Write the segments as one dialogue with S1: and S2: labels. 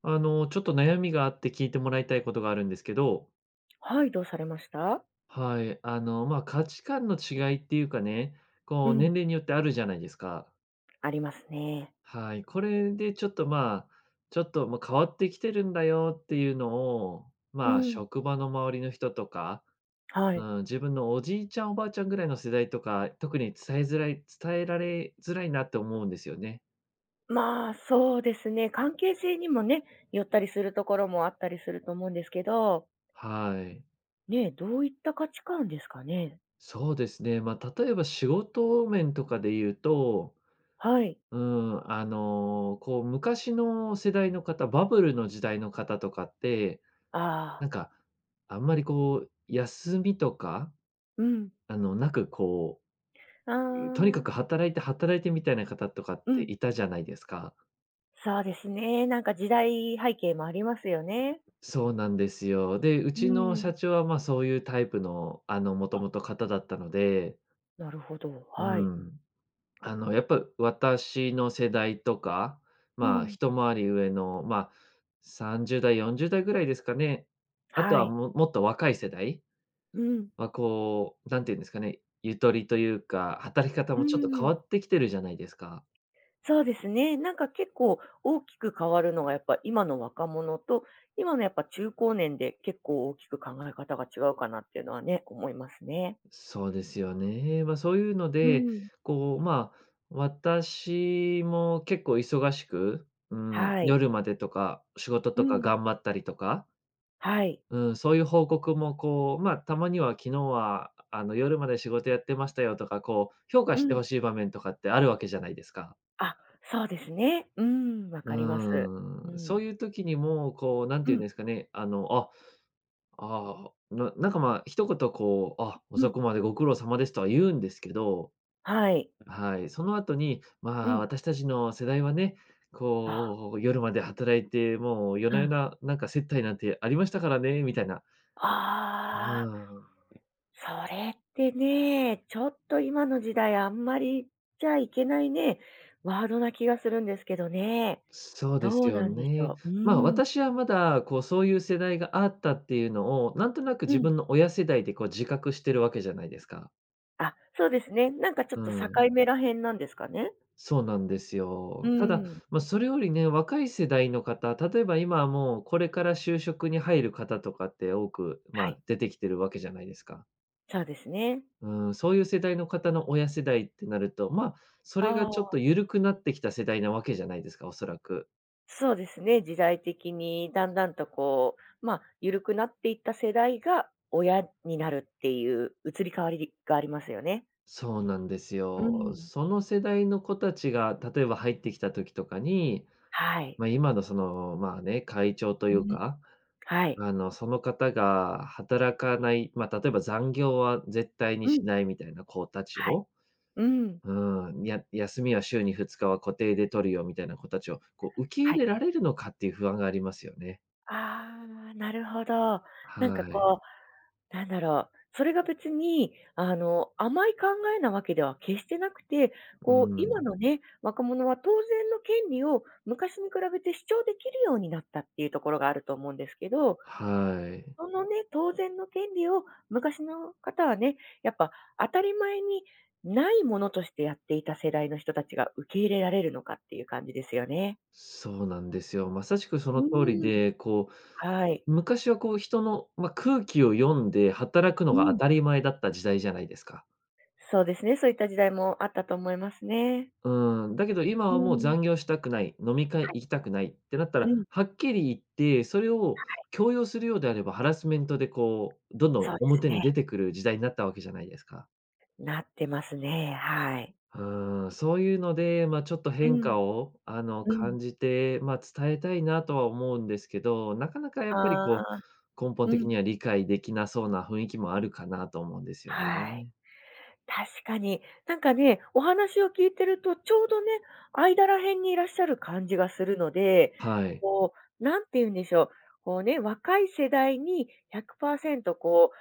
S1: ちょっと悩みがあって聞いてもらいたいことがあるんですけど、
S2: はい、どうされました。
S1: はい、まあ、価値観の違いっていうかね、
S2: う
S1: こう、
S2: ん、
S1: 年齢によってあるじゃないですか。
S2: ありますね。
S1: はい、これでちょっと、まあ、ちょっと、ま、変わってきてるんだよっていうのを、
S2: う
S1: まあ、
S2: ん、
S1: 職場の周りの人とか、
S2: は
S1: う
S2: い。
S1: ん、自分のおじいちゃん、おばあちゃんぐらいの世代とか、特に伝えづらい伝えられづらいなって思うんですよね。
S2: まあ、そうですね。関係性にもね、寄ったりするところもあったりすると思うんですけど、
S1: はい。
S2: ね、どういった価値観ですかね。
S1: そうですね、まあ、例えば仕事面とかで言うと
S2: はい。
S1: うん、こう、昔の世代の方、バブルの時代の方とかって、
S2: ああ、
S1: なんか、あんまりこう、休みとか、
S2: うん。
S1: なくこ
S2: あ
S1: う、とにか
S2: あ、
S1: く働いて働いてみたいな方とかっ
S2: う
S1: て
S2: ん。
S1: いたじゃないですか。
S2: そうですね。なんか時代背景もありますよね。
S1: そうなんですよ。で、う
S2: う
S1: ちの
S2: ん。
S1: 社長は、ま、そういうタイプの、もと
S2: あ、
S1: もと方だったので、
S2: なるほど。
S1: う
S2: はい。
S1: ん。やっぱ私の世代とか、
S2: う
S1: まあ、
S2: ん。
S1: 一回り上の、まあ、30代、40代ぐらいですかね。あと
S2: は
S1: は
S2: い。
S1: ももっと若い世代
S2: うん。
S1: はこう、なんていうんですかね、ゆとりというか、働き方
S2: う
S1: もちょっと変
S2: ん。
S1: わってきてるじゃないですか。
S2: そうですね。なんか結構大きく変わるのがやっぱ今の若者と、今のやっぱ中高年で結構大きく考え方が違うかなっていうのはね、思いますね。
S1: そうですよね。ま、そういうの
S2: う
S1: で、
S2: ん。
S1: こう、まあ、私も結構忙しく、うん、
S2: はい。
S1: 夜までとか仕事
S2: う
S1: とか
S2: ん。
S1: 頑張ったりとか、
S2: はい。
S1: うん、そういう報告もこう、まあ、たまには昨日は夜まで仕事やってましたよとか、こう評価
S2: う
S1: して
S2: ん。
S1: ほしい場面とかってあるわけじゃないですか。
S2: あ、そうですね。うん、わ
S1: う
S2: かります。う
S1: ーん、
S2: ん。
S1: そういう時にも、こう何
S2: う
S1: て言うん
S2: ん。
S1: ですかね、なんかまあ、一言こう、あ、
S2: う
S1: 遅
S2: ん。
S1: くまでご苦労様ですとは言うんですけど、
S2: はい。
S1: はい、その後に、
S2: う
S1: まあ、
S2: ん。
S1: 私たちの世代はね、
S2: あ、
S1: こう夜まで働いて、もう夜
S2: う
S1: な夜
S2: ん。
S1: ななんか接待なんてありましたからねみたいな。う
S2: ああ、
S1: ん。
S2: それってね、ちょっと今の時代あんまり言っちゃいけないね、ワードな気がするんですけどね。
S1: そうで
S2: ど
S1: す
S2: う
S1: よ
S2: なんでし
S1: ね。
S2: ょう。う
S1: まあ、
S2: ーん。
S1: 私はまだ、こう、そういう世代があったっていうのを、なんとなく
S2: う
S1: 自
S2: ん。
S1: 分の親世代でこう自覚してるわけじゃないですか。
S2: あ、そうですね。なんかちょっ
S1: う
S2: と境
S1: ん。
S2: 目らへんなんですかね？
S1: そうなんです
S2: う
S1: よ。ただ、
S2: ん。
S1: まあ、それよりね、若い世代の方、例えば今はもうこれから就職に入る方とかって多く、ま
S2: は
S1: あ、
S2: い、
S1: 出てきてるわけじゃないですか。
S2: そうですね。
S1: うん、そういう世代の方の親世代ってなると、まあ、それが
S2: あ
S1: ちょっ
S2: あ、
S1: と緩くなってきた世代なわけじゃないですか、おそらく。
S2: そうですね、時代的にだんだんとこう、まあ、緩くなっていった世代が親になるっていう移り変わりがありますよね。
S1: そうなんです
S2: う
S1: よ。
S2: ん。
S1: その世代の子たちが、例えば入ってきた時とかに、
S2: はい。
S1: まあ、今のその、まあね、会長とい
S2: う
S1: う
S2: ん。
S1: か、
S2: はい。
S1: その方が働かない、まあ、例えば残業は絶対に
S2: う
S1: し
S2: ん。
S1: ないみたいな子たち
S2: はい。
S1: を、
S2: うん。
S1: うん、や休みは週に2日は固定で取るよみたいな子たちを、こう受け入
S2: はい。
S1: れられるのかっていう不安がありますよね。
S2: ああ、なるほど。なんか
S1: はい。
S2: こう、なんだろう、それが別に、甘い考えなわけでは決してなくて、
S1: う
S2: こう、今
S1: ん。
S2: のね、若者は当然の権利を昔に比べて主張できるようになったっていうところがあると思うんですけど、
S1: はい。
S2: そのね、当然の権利を昔の方はね、やっぱ当たり前にないものとしてやっていた世代の人たちが受け入れられるのかっていう感じですよね。
S1: そうなんですよ。まさしくその
S2: う
S1: 通り
S2: ん、
S1: で、こ
S2: はい。
S1: う昔はこう人の、ま、空気を読んで働くの
S2: う
S1: が当
S2: ん。
S1: たり前だった時代じゃないですか。
S2: そうですね、そういった時代もあったと思いますね。
S1: うーん、だけど今
S2: う
S1: はもう
S2: ん。
S1: 残業したくない、飲み会
S2: は
S1: 行き
S2: い。
S1: たくないってなった
S2: う
S1: ら、
S2: ん、
S1: はっきり言って、それを強要するようであれば、ハラスメントでこう、どんど
S2: そ
S1: ん
S2: うです
S1: 表に
S2: ね。
S1: 出てくる時代になったわけじゃないですか。
S2: なってますね、はい。
S1: うーん、そういうので、ま、ちょっと
S2: う
S1: 変
S2: ん、
S1: 化を、
S2: うん。
S1: 感じて、ま、伝えたいなとは思うんですけど、なかなかやっ
S2: あ
S1: ぱりこ
S2: あ、
S1: う、根本
S2: う
S1: 的
S2: ん、
S1: には理解できなそうな雰囲気もあるかなと思うんですよ
S2: はい。
S1: ね。
S2: 確かに。なんかね、お話を聞いてると、ちょうどね、間ら辺にいらっしゃる感じがするので、
S1: はい。
S2: こう、なんて言うんでしょう、こうね、若い世代に100%こう、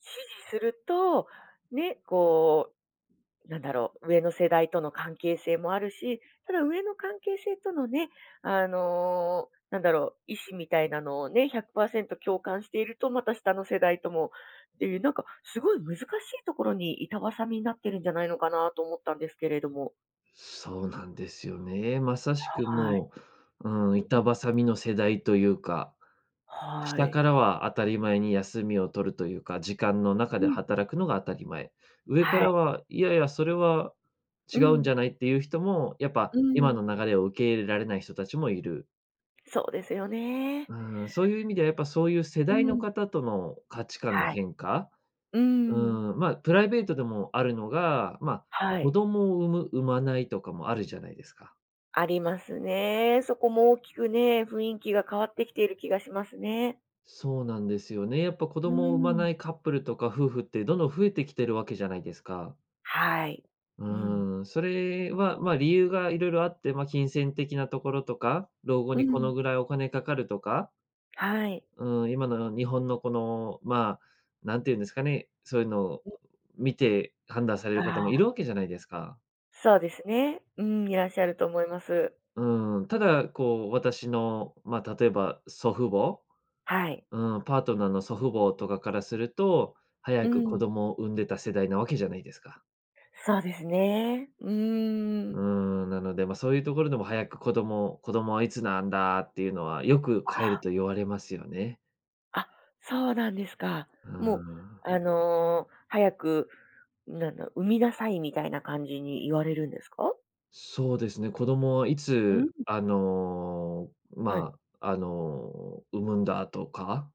S2: 支持すると、ね、こうなんだろう、上の世代との関係性もあるし、ただ上の関係性とのね、なんだろう、意思みたいなのをね、100%共感していると、また下の世代ともっていう、なんかすごい難しいところに板挟みになってるんじゃないのかなと思ったんですけれども。
S1: そうなんですよね。まさしく
S2: はい。
S1: もう、うん、
S2: うん。
S1: 板挟みの世代というか、
S2: は
S1: 下か
S2: い。
S1: らは当たり前に休みを取るというか、時間の中
S2: う
S1: で
S2: ん。
S1: 働くのが当たり前。上か
S2: はい。
S1: らは、いやいや、それは
S2: う
S1: 違うんじ
S2: ん。
S1: ゃないっていう人も、やっぱ
S2: う
S1: 今
S2: ん。
S1: の流れを受け入れられない人たちもいる。
S2: そうですよね。
S1: うん、そういう意味ではやっぱそういう世
S2: う
S1: 代の
S2: ん。
S1: 方との価値観の
S2: はい。
S1: 変化、
S2: う
S1: う
S2: ん。
S1: ん、まあ、プライベートでもあるのが、まあ、
S2: は
S1: 子
S2: い。
S1: 供を産む、産まないとかもあるじゃないですか。
S2: ありますね。そこも大きくね、雰囲気が変わってきている気がしますね。
S1: そうなんですよね。やっぱ子
S2: うー
S1: 供を産ま
S2: ん。
S1: ないカップルとか夫婦ってどんどん増えてきてるわけじゃないですか。
S2: はい。
S1: う
S2: うん。
S1: ーん、それは、ま、理由がいろいろあって、ま、金銭的なところとか、老後
S2: う
S1: にこ
S2: ん。
S1: のぐらいお金かかるとか、
S2: はい。
S1: うん、今の日本のこの、まあ、なんていうんですかね、そういうのを見て判断され
S2: あ
S1: る方も
S2: あ、
S1: いるわけじゃないですか。
S2: そうですね。うん、いらっしゃると思います。
S1: うん、ただこう私の、ま、例えば祖父母、
S2: はい。
S1: うん、パートナーの祖父母とかからすると、早
S2: う
S1: く子
S2: ん。
S1: 供を産んでた世代なわけじゃないですか。
S2: そうですね。うー
S1: う
S2: ん。
S1: ーん、なので、まあ、そういうところでも早く子供、子供はいつなんだっていうのは、よく帰ると言われますよね。
S2: あ、そうなんですか。
S1: うー
S2: もう、
S1: ん。
S2: 早く、なんだ、産みなさいみたいな感じに言われるんですか？
S1: そうですね、子供はい
S2: う
S1: つ、
S2: ん。はい。
S1: まあ、産むんだとか、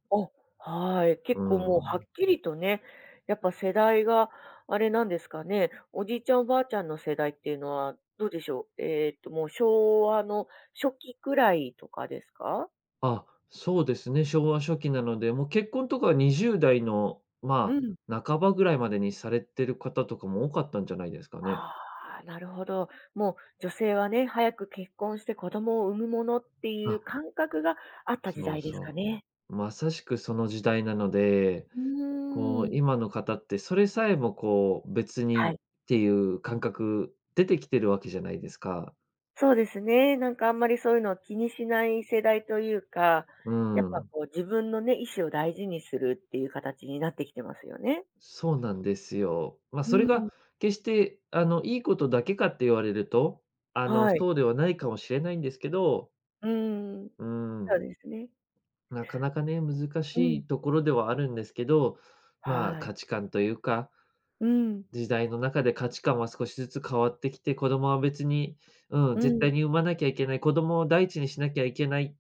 S2: あ、はい。結
S1: う
S2: 構もうはっ
S1: ん。
S2: きりとね、やっぱ世代があれなんですかね、おじいちゃんおばあちゃんの世代っていうのはどうでしょう？もう昭和の初期くらいとかですか？
S1: あ、そうですね、昭和初期なので、もう結婚とかは20代の、
S2: う
S1: ま
S2: ん。
S1: あ、半ばぐらいまでにされてる方とかも多かったんじゃないですかね。
S2: ああ、なるほど。もう女性はね、早く結婚して子供を産むものっていう
S1: あ、
S2: 感覚があった時
S1: そう
S2: 代ですか
S1: そ
S2: ね。
S1: う。まさしくその時代なので、
S2: う
S1: こ
S2: ー
S1: う、
S2: ん。
S1: 今の方ってそれさえもこう、別
S2: は
S1: にっ
S2: い。
S1: ていう感覚出てきてるわけじゃないですか。
S2: そうですね。なんかあんまりそういうのを気にしない世代というか、
S1: う
S2: やっぱ
S1: ん。
S2: こう自分のね、意思を大事にするっていう形になってきてますよね。
S1: そうなんですよ。まあ、
S2: う
S1: それが
S2: ん。
S1: 決して、いいことだけかって言われると、
S2: はい。
S1: そうではないかもしれないんですけど、
S2: うん。
S1: う
S2: そう
S1: ん、
S2: ですね。
S1: なかなかね、難
S2: う
S1: し
S2: ん。
S1: いところではあるんですけど、まあ、
S2: はい。
S1: 価値観というか
S2: うん。
S1: 時代の中で価値観は少しずつ変わってきて、子供は別に、うん、
S2: う
S1: 絶
S2: ん。
S1: 対に産まなきゃいけない、子供を第一にしなきゃいけないっ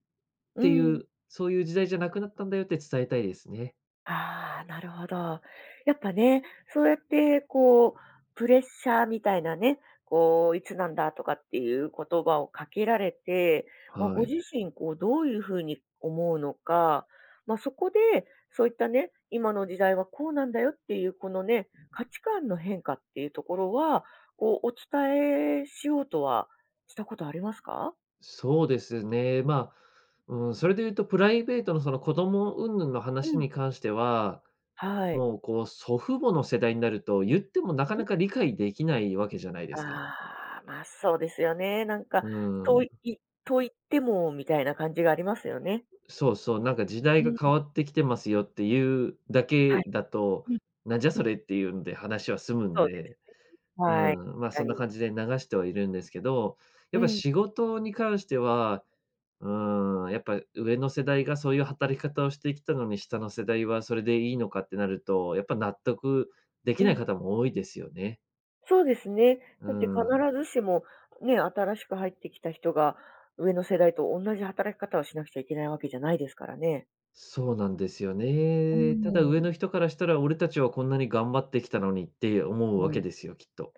S2: う
S1: てい
S2: ん。
S1: う、そういう時代じゃなくなったんだよって伝えたいですね。
S2: ああ、なるほど。やっぱね、そうやってこう、プレッシャーみたいなね、こう、いつなんだとかっていう言葉をかけられて、まあ、ご
S1: はい。
S2: 自身、こう、どういうふうに思うのか、まあ、そこで、そういったね、今の時代はこうなんだよっていう、このね、価値観の変化っていうところは、こう、お伝えしようとはしたことありますか。
S1: そうですね。まあ、うん、それで言うとプライベートのその子供云々の
S2: う
S1: 話
S2: ん。
S1: に関しては、
S2: はい。
S1: もうこう祖父母の世代になると、言ってもなかなか理解できないわけじゃないですか。
S2: ああ、ま、そうですよね。なんか、
S1: う
S2: とい
S1: ー、
S2: と言ってもみたいな感じがありますよね。
S1: そうそう、なんか時
S2: う
S1: 代が変
S2: ん。
S1: わってきてますよっていうだ
S2: はい。
S1: けだと、
S2: うん、
S1: なんじゃ
S2: うん。
S1: それっていうので話は済むの
S2: そうで
S1: で、
S2: す。
S1: う
S2: はい、
S1: ん、まあ、
S2: 確か
S1: そんな
S2: に。
S1: 感じで流してはいるんですけど、
S2: う
S1: やっぱ
S2: ん、
S1: 仕事に関しては、うん、やっぱ上の世代がそういう働き方をしてきたのに、下の世代はそれでいいのかってなると、やっぱ納得でき
S2: う
S1: ない
S2: ん。
S1: 方も多いですよね。
S2: そうですね。
S1: う
S2: だって必
S1: ん、
S2: ずしも、ね、新しく入ってきた人が、上の世代と同じ働き方をしなくちゃいけないわけじゃないですからね。
S1: そうなんですよ
S2: う
S1: ね。ただ上
S2: ん、
S1: の人からしたら、俺たちはこんなに頑張ってきたのにって思
S2: う
S1: うわけ
S2: ん。
S1: ですよ、きっと。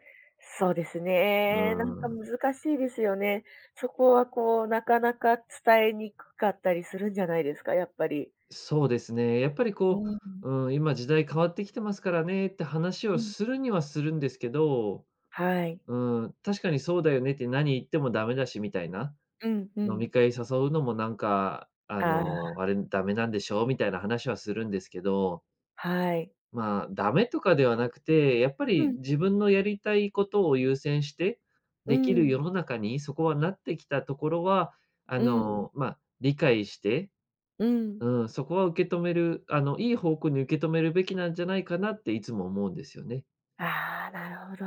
S2: そうです
S1: う
S2: ね。なんか
S1: ん、
S2: 難しいですよね。そこはこう、なかなか伝えにくかったりするんじゃないですか、やっぱり。
S1: そうですね。やっぱり
S2: う
S1: こ
S2: ん。
S1: う、うん、今時代変わってきてますからねって話
S2: う
S1: を
S2: ん。
S1: するにはするんですけど、
S2: はい。
S1: うん、確かにそうだよねって何言ってもダメだしみたいな、
S2: うんう
S1: 飲
S2: ん。
S1: み会誘うのもなんか、
S2: ああ、
S1: あれダメなんでしょみたいな話はするんですけど、
S2: はい。
S1: まあ、ダメとかではなくて、やっぱ
S2: う
S1: り
S2: ん、
S1: 自分のやりたいことを優先して
S2: う
S1: できる
S2: ん、
S1: 世の中にそこはなってきたところは、
S2: うん、
S1: まあ、理解して、
S2: うん。
S1: うん、そこは受け止める、いい方向に受け止めるべきなんじゃないかなっていつも思うんですよね。
S2: ああ、なるほど。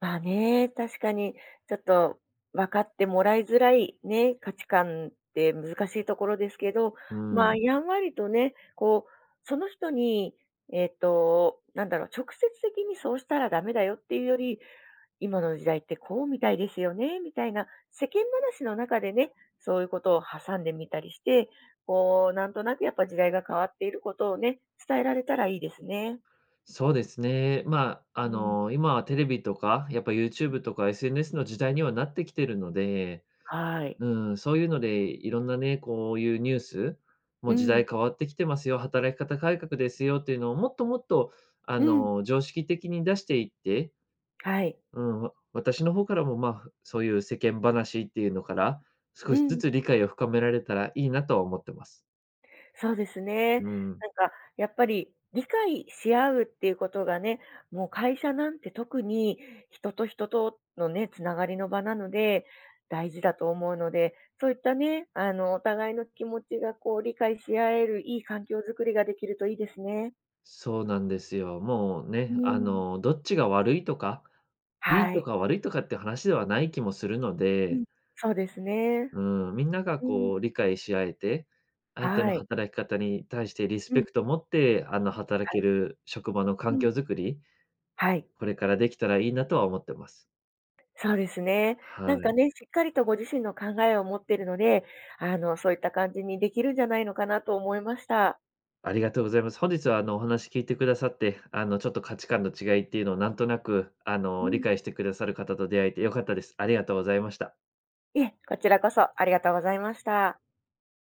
S2: まあね、確かにちょっと分かってもらいづらいね、価値観って難しいところですけど、
S1: う
S2: まあ、
S1: ん。
S2: やんわりとね、こう、その人に、なんだろう、直接的にそうしたらダメだよっていうより、今の時代ってこうみたいですよね、みたいな世間話の中でね、そういうことを挟んでみたりして、こう、なんとなくやっぱ時代が変わっていることをね、伝えられたらいいですね。
S1: そうですね。まあ、
S2: うん。
S1: 今はテレビとか、やっぱ YouTube とか SNS の時代にはなってきてるので、
S2: はい。
S1: うん、そういうので、いろんなね、こういうニュース、も
S2: う
S1: う時
S2: ん、
S1: 代変わってきてますよ、働き方改革ですよっていうのをもっともっと、
S2: うん。
S1: 常識的に出していって、
S2: はい。
S1: うん、わ私の方からも、まあ、そういう世間話っていうのから、
S2: う
S1: 少しず
S2: ん。
S1: つ理解を深められたらいいなとは思ってます。
S2: そうですね。
S1: うん、
S2: なんか、やっぱり理解し合うっていうことがね、もう会社なんて特に人と人とのね、つながりの場なので、大事だと思うので、そういったね、お互いの気持ちがこう理解し合えるいい環境づくりができるといいですね。
S1: そうなんですよ。もう
S2: う
S1: ね、
S2: ん。
S1: どっちが悪いとか、いい
S2: は
S1: と
S2: い。
S1: か悪いとかって話ではない気もするの
S2: う
S1: で、
S2: ん。そうですね。
S1: うん、みんなが
S2: うん。
S1: こう理解し合えて、相手の
S2: はい。
S1: 働き方に対してリス
S2: う
S1: ペ
S2: ん。
S1: クトを持って、働
S2: は
S1: け
S2: い。
S1: る職場の
S2: う
S1: 環
S2: ん。
S1: 境づくり、
S2: はい。
S1: これからできたらいいなとは思ってます。
S2: そうですね。な
S1: は
S2: んか
S1: い。
S2: ね、しっかりとご自身の考えを持っているので、そういった感じにできるんじゃないのかなと思いました。
S1: ありがとうございます。本日はお話聞いてくださって、ちょっと価値観の違いっていうのをなんとなく
S2: う
S1: 理
S2: ん。
S1: 解してくださる方と出会えて良かったです。ありがとうございました。
S2: いえ、こちらこそありがとうございました。